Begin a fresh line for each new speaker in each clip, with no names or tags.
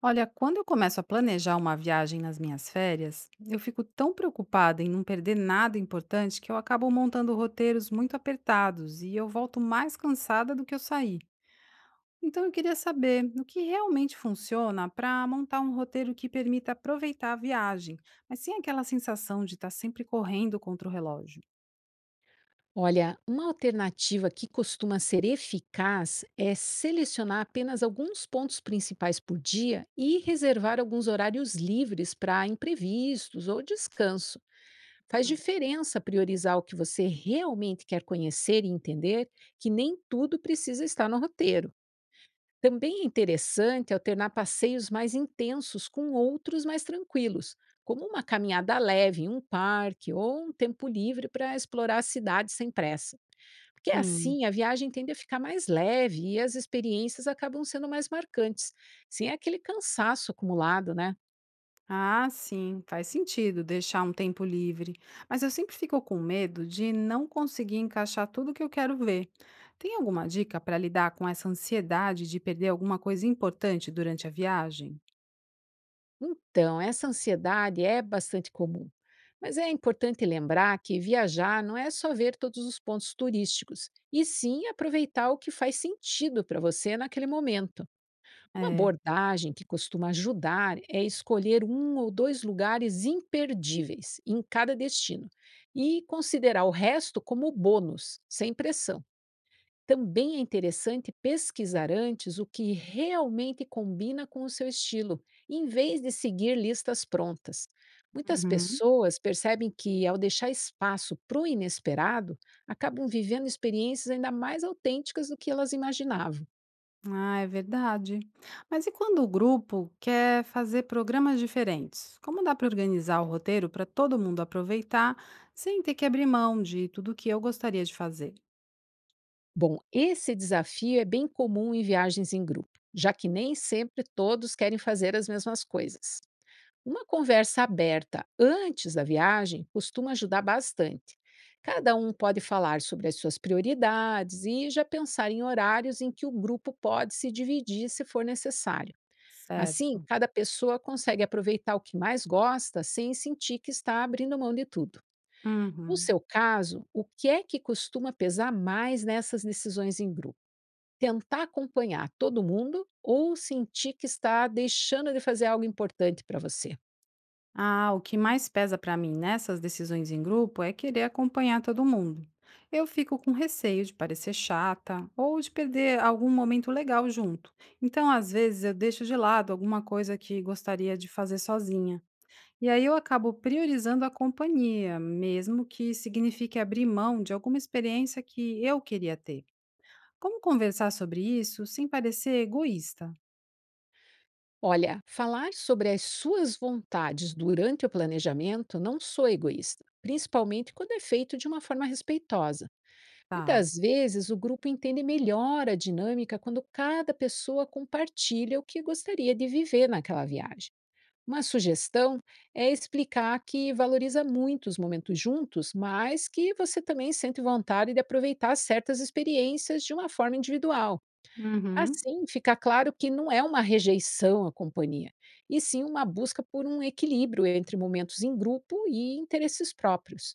Olha, quando eu começo a planejar uma viagem nas minhas férias, eu fico tão preocupada em não perder nada importante que eu acabo montando roteiros muito apertados e eu volto mais cansada do que eu saí. Então eu queria saber o que realmente funciona para montar um roteiro que permita aproveitar a viagem, mas sem aquela sensação de estar sempre correndo contra o relógio.
Olha, uma alternativa que costuma ser eficaz é selecionar apenas alguns pontos principais por dia e reservar alguns horários livres para imprevistos ou descanso. Faz
Hum.
diferença priorizar o que você realmente quer conhecer e entender, que nem tudo precisa estar no roteiro. Também é interessante alternar passeios mais intensos com outros mais tranquilos, como uma caminhada leve em um parque ou um tempo livre para explorar a cidade sem pressa. Porque é
Sim.
assim a viagem tende a ficar mais leve e as experiências acabam sendo mais marcantes, sem aquele cansaço acumulado, né?
Ah, sim, faz sentido deixar um tempo livre. Mas eu sempre fico com medo de não conseguir encaixar tudo que eu quero ver. Tem alguma dica para lidar com essa ansiedade de perder alguma coisa importante durante a viagem?
Então, essa ansiedade é bastante comum. Mas é importante lembrar que viajar não é só ver todos os pontos turísticos, e sim aproveitar o que faz sentido para você naquele momento. Uma
É.
abordagem que costuma ajudar é escolher um ou dois lugares imperdíveis em cada destino e considerar o resto como bônus, sem pressão. Também é interessante pesquisar antes o que realmente combina com o seu estilo, em vez de seguir listas prontas. Muitas
Uhum.
pessoas percebem que, ao deixar espaço para o inesperado, acabam vivendo experiências ainda mais autênticas do que elas imaginavam.
Ah, é verdade. Mas e quando o grupo quer fazer programas diferentes? Como dá para organizar o roteiro para todo mundo aproveitar sem ter que abrir mão de tudo que eu gostaria de fazer?
Bom, esse desafio é bem comum em viagens em grupo, já que nem sempre todos querem fazer as mesmas coisas. Uma conversa aberta antes da viagem costuma ajudar bastante. Cada um pode falar sobre as suas prioridades e já pensar em horários em que o grupo pode se dividir se for necessário. Assim,
Certo.
cada pessoa consegue aproveitar o que mais gosta sem sentir que está abrindo mão de tudo. No
Uhum.
seu caso, o que é que costuma pesar mais nessas decisões em grupo? Tentar acompanhar todo mundo ou sentir que está deixando de fazer algo importante para você.
Ah, o que mais pesa para mim nessas decisões em grupo é querer acompanhar todo mundo. Eu fico com receio de parecer chata ou de perder algum momento legal junto. Então, às vezes, eu deixo de lado alguma coisa que gostaria de fazer sozinha. E aí eu acabo priorizando a companhia, mesmo que signifique abrir mão de alguma experiência que eu queria ter. Como conversar sobre isso sem parecer egoísta?
Olha, falar sobre as suas vontades durante o planejamento não sou egoísta, principalmente quando é feito de uma forma respeitosa.
Tá.
Muitas vezes o grupo entende melhor a dinâmica quando cada pessoa compartilha o que gostaria de viver naquela viagem. Uma sugestão é explicar que valoriza muito os momentos juntos, mas que você também sente vontade de aproveitar certas experiências de uma forma individual.
Uhum.
Assim, fica claro que não é uma rejeição à companhia, e sim uma busca por um equilíbrio entre momentos em grupo e interesses próprios.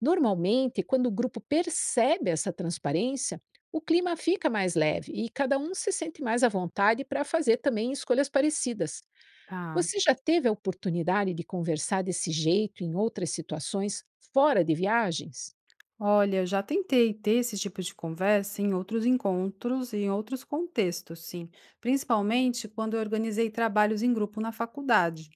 Normalmente, quando o grupo percebe essa transparência, o clima fica mais leve e cada um se sente mais à vontade para fazer também escolhas parecidas.
Tá.
Você já teve a oportunidade de conversar desse jeito em outras situações fora de viagens?
Olha, eu já tentei ter esse tipo de conversa em outros encontros e em outros contextos, sim, principalmente quando eu organizei trabalhos em grupo na faculdade.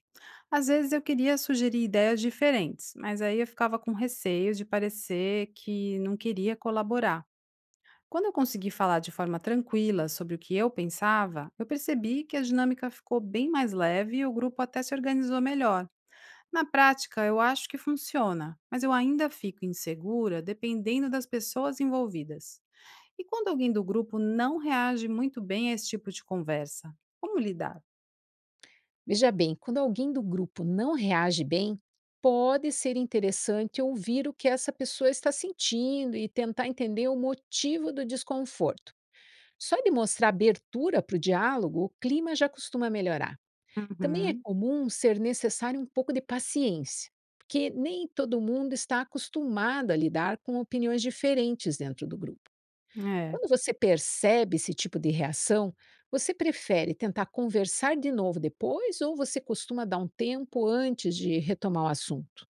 Às vezes eu queria sugerir ideias diferentes, mas aí eu ficava com receio de parecer que não queria colaborar. Quando eu consegui falar de forma tranquila sobre o que eu pensava, eu percebi que a dinâmica ficou bem mais leve e o grupo até se organizou melhor. Na prática, eu acho que funciona, mas eu ainda fico insegura dependendo das pessoas envolvidas. E quando alguém do grupo não reage muito bem a esse tipo de conversa, como lidar?
Veja bem, quando alguém do grupo não reage bem, pode ser interessante ouvir o que essa pessoa está sentindo e tentar entender o motivo do desconforto. Só de mostrar abertura para o diálogo, o clima já costuma melhorar. Também é
Uhum,
comum ser necessário um pouco de paciência, porque nem todo mundo está acostumado a lidar com opiniões diferentes dentro do grupo.
é.
Quando você percebe esse tipo de reação, você prefere tentar conversar de novo depois ou você costuma dar um tempo antes de retomar o assunto?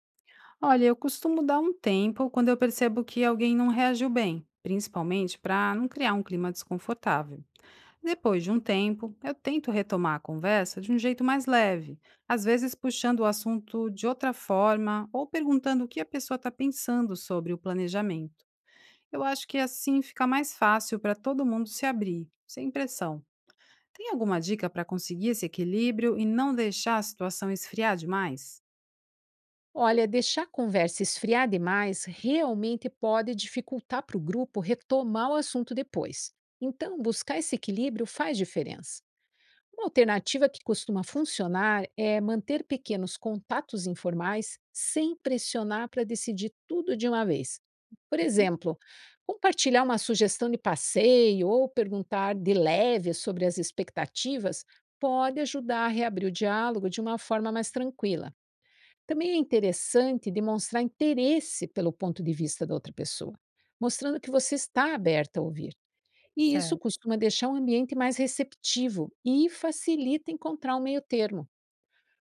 Olha, eu costumo dar um tempo quando eu percebo que alguém não reagiu bem, principalmente para não criar um clima desconfortável. Depois de um tempo, eu tento retomar a conversa de um jeito mais leve, às vezes puxando o assunto de outra forma ou perguntando o que a pessoa está pensando sobre o planejamento. Eu acho que assim fica mais fácil para todo mundo se abrir, sem pressão. Tem alguma dica para conseguir esse equilíbrio e não deixar a situação esfriar demais?
Olha, deixar a conversa esfriar demais realmente pode dificultar para o grupo retomar o assunto depois. Então, buscar esse equilíbrio faz diferença. Uma alternativa que costuma funcionar é manter pequenos contatos informais sem pressionar para decidir tudo de uma vez. Por
Uhum.
exemplo, compartilhar uma sugestão de passeio ou perguntar de leve sobre as expectativas pode ajudar a reabrir o diálogo de uma forma mais tranquila. Também é interessante demonstrar interesse pelo ponto de vista da outra pessoa, mostrando que você está aberta a ouvir. E isso
Certo.
costuma deixar o ambiente mais receptivo e facilita encontrar um meio-termo.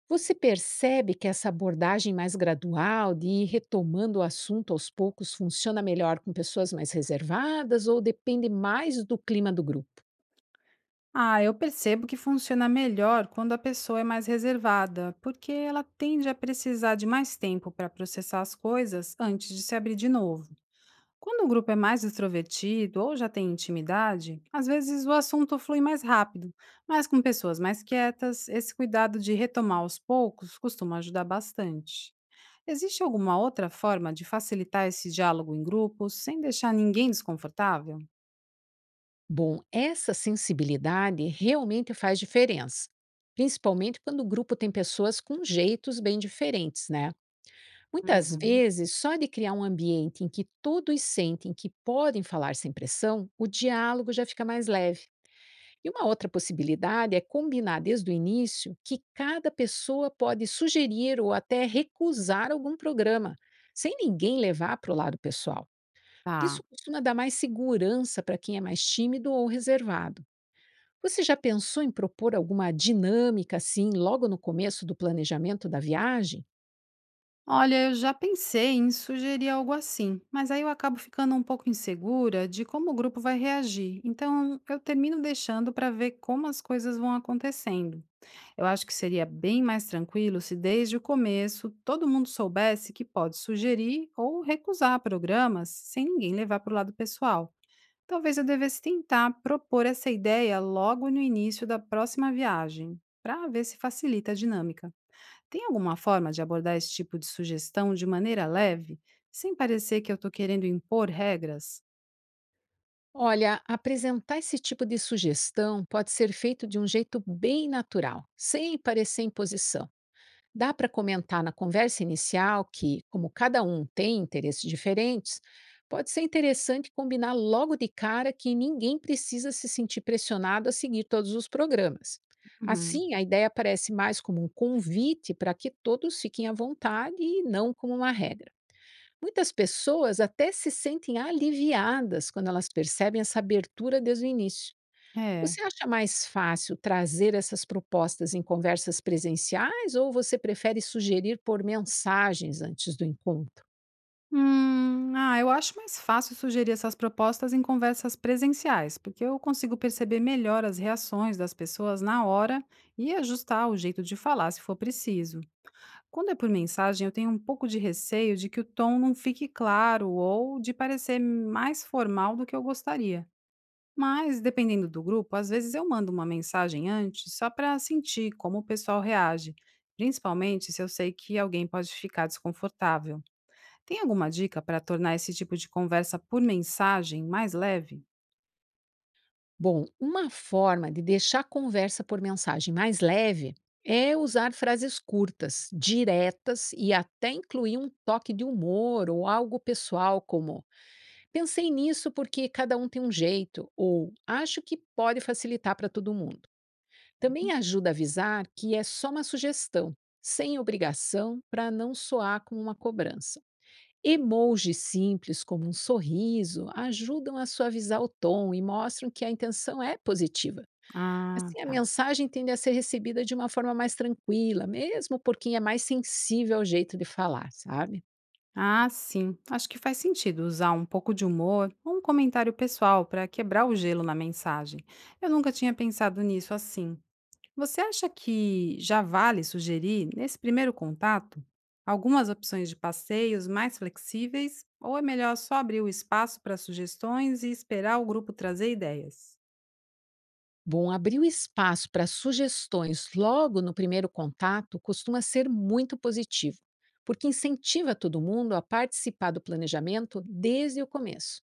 Você percebe que essa abordagem mais gradual de ir retomando o assunto aos poucos funciona melhor com pessoas mais reservadas ou depende mais do clima do grupo?
Ah, eu percebo que funciona melhor quando a pessoa é mais reservada, porque ela tende a precisar de mais tempo para processar as coisas antes de se abrir de novo. Quando o grupo é mais extrovertido ou já tem intimidade, às vezes o assunto flui mais rápido, mas com pessoas mais quietas, esse cuidado de retomar aos poucos costuma ajudar bastante. Existe alguma outra forma de facilitar esse diálogo em grupo sem deixar ninguém desconfortável?
Bom, essa sensibilidade realmente faz diferença, principalmente quando o grupo tem pessoas com jeitos bem diferentes, né? Muitas
Uhum.
vezes, só de criar um ambiente em que todos sentem que podem falar sem pressão, o diálogo já fica mais leve. E uma outra possibilidade é combinar desde o início que cada pessoa pode sugerir ou até recusar algum programa, sem ninguém levar para o lado pessoal.
Tá.
Isso costuma dar mais segurança para quem é mais tímido ou reservado. Você já pensou em propor alguma dinâmica assim logo no começo do planejamento da viagem?
Olha, eu já pensei em sugerir algo assim, mas aí eu acabo ficando um pouco insegura de como o grupo vai reagir. Então, eu termino deixando para ver como as coisas vão acontecendo. Eu acho que seria bem mais tranquilo se desde o começo todo mundo soubesse que pode sugerir ou recusar programas sem ninguém levar para o lado pessoal. Talvez eu devesse tentar propor essa ideia logo no início da próxima viagem, para ver se facilita a dinâmica. Tem alguma forma de abordar esse tipo de sugestão de maneira leve, sem parecer que eu estou querendo impor regras?
Olha, apresentar esse tipo de sugestão pode ser feito de um jeito bem natural, sem parecer imposição. Dá para comentar na conversa inicial que, como cada um tem interesses diferentes, pode ser interessante combinar logo de cara que ninguém precisa se sentir pressionado a seguir todos os programas.
Uhum.
Assim, a ideia parece mais como um convite para que todos fiquem à vontade e não como uma regra. Muitas pessoas até se sentem aliviadas quando elas percebem essa abertura desde o início.
É.
Você acha mais fácil trazer essas propostas em conversas presenciais ou você prefere sugerir por mensagens antes do encontro?
Ah, eu acho mais fácil sugerir essas propostas em conversas presenciais, porque eu consigo perceber melhor as reações das pessoas na hora e ajustar o jeito de falar se for preciso. Quando é por mensagem, eu tenho um pouco de receio de que o tom não fique claro ou de parecer mais formal do que eu gostaria. Mas, dependendo do grupo, às vezes eu mando uma mensagem antes só para sentir como o pessoal reage, principalmente se eu sei que alguém pode ficar desconfortável. Tem alguma dica para tornar esse tipo de conversa por mensagem mais leve?
Bom, uma forma de deixar a conversa por mensagem mais leve é usar frases curtas, diretas e até incluir um toque de humor ou algo pessoal, como "Pensei nisso porque cada um tem um jeito", ou "acho que pode facilitar para todo mundo". Também
Uhum.
ajuda a avisar que é só uma sugestão, sem obrigação, para não soar como uma cobrança. Emojis simples, como um sorriso, ajudam a suavizar o tom e mostram que a intenção é positiva.
Ah,
Assim, a
tá.
mensagem tende a ser recebida de uma forma mais tranquila, mesmo por quem é mais sensível ao jeito de falar, sabe?
Ah, sim. Acho que faz sentido usar um pouco de humor ou um comentário pessoal para quebrar o gelo na mensagem. Eu nunca tinha pensado nisso assim. Você acha que já vale sugerir, nesse primeiro contato, algumas opções de passeios mais flexíveis? Ou é melhor só abrir o espaço para sugestões e esperar o grupo trazer ideias?
Bom, abrir o espaço para sugestões logo no primeiro contato costuma ser muito positivo, porque incentiva todo mundo a participar do planejamento desde o começo.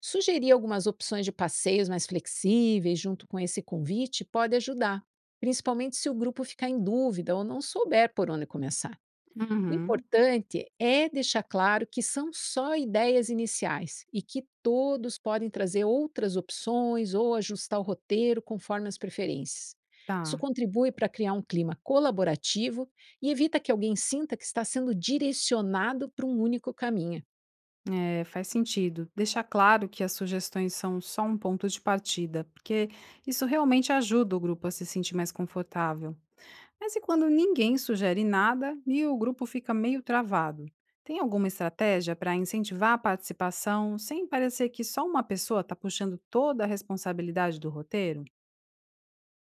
Sugerir algumas opções de passeios mais flexíveis junto com esse convite pode ajudar, principalmente se o grupo ficar em dúvida ou não souber por onde começar. O
Uhum,
importante é deixar claro que são só ideias iniciais e que todos podem trazer outras opções ou ajustar o roteiro conforme as preferências.
Tá,
Isso contribui para criar um clima colaborativo e evita que alguém sinta que está sendo direcionado para um único caminho.
é, faz sentido. Deixar claro que as sugestões são só um ponto de partida, porque isso realmente ajuda o grupo a se sentir mais confortável. Mas e quando ninguém sugere nada e o grupo fica meio travado? Tem alguma estratégia para incentivar a participação sem parecer que só uma pessoa está puxando toda a responsabilidade do roteiro?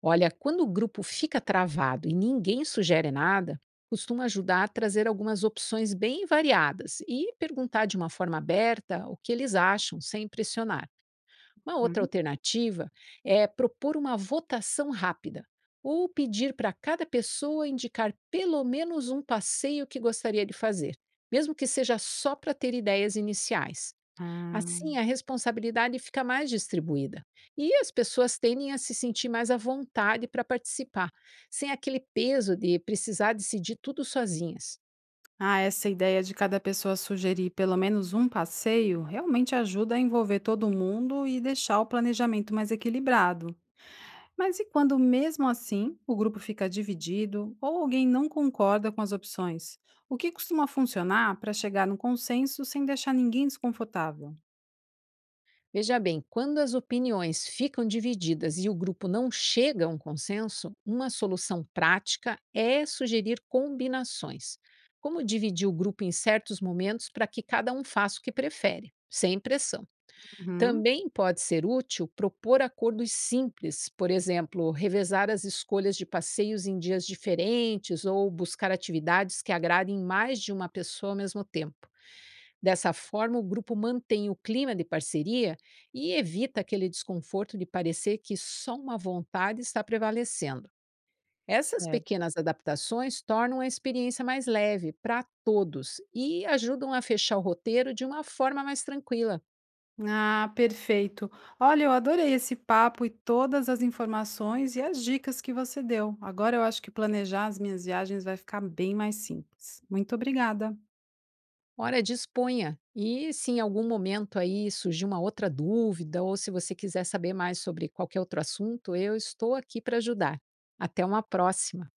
Olha, quando o grupo fica travado e ninguém sugere nada, costuma ajudar a trazer algumas opções bem variadas e perguntar de uma forma aberta o que eles acham, sem pressionar. Uma outra
Uhum.
alternativa é propor uma votação rápida ou pedir para cada pessoa indicar pelo menos um passeio que gostaria de fazer, mesmo que seja só para ter ideias iniciais. Assim,
Ah,
a responsabilidade fica mais distribuída e as pessoas tendem a se sentir mais à vontade para participar, sem aquele peso de precisar decidir tudo sozinhas.
Ah, essa ideia de cada pessoa sugerir pelo menos um passeio realmente ajuda a envolver todo mundo e deixar o planejamento mais equilibrado. Mas e quando, mesmo assim, o grupo fica dividido ou alguém não concorda com as opções? O que costuma funcionar para chegar num consenso sem deixar ninguém desconfortável?
Veja bem, quando as opiniões ficam divididas e o grupo não chega a um consenso, uma solução prática é sugerir combinações, como dividir o grupo em certos momentos para que cada um faça o que prefere, sem pressão.
Uhum,
Também pode ser útil propor acordos simples, por exemplo, revezar as escolhas de passeios em dias diferentes ou buscar atividades que agradem mais de uma pessoa ao mesmo tempo. Dessa forma, o grupo mantém o clima de parceria e evita aquele desconforto de parecer que só uma vontade está prevalecendo. Essas
certo.
pequenas adaptações tornam a experiência mais leve para todos e ajudam a fechar o roteiro de uma forma mais tranquila.
Ah, perfeito. Olha, eu adorei esse papo e todas as informações e as dicas que você deu. Agora eu acho que planejar as minhas viagens vai ficar bem mais simples. Muito obrigada.
Ora, disponha. E se em algum momento aí surgir uma outra dúvida ou se você quiser saber mais sobre qualquer outro assunto, eu estou aqui para ajudar. Até uma próxima.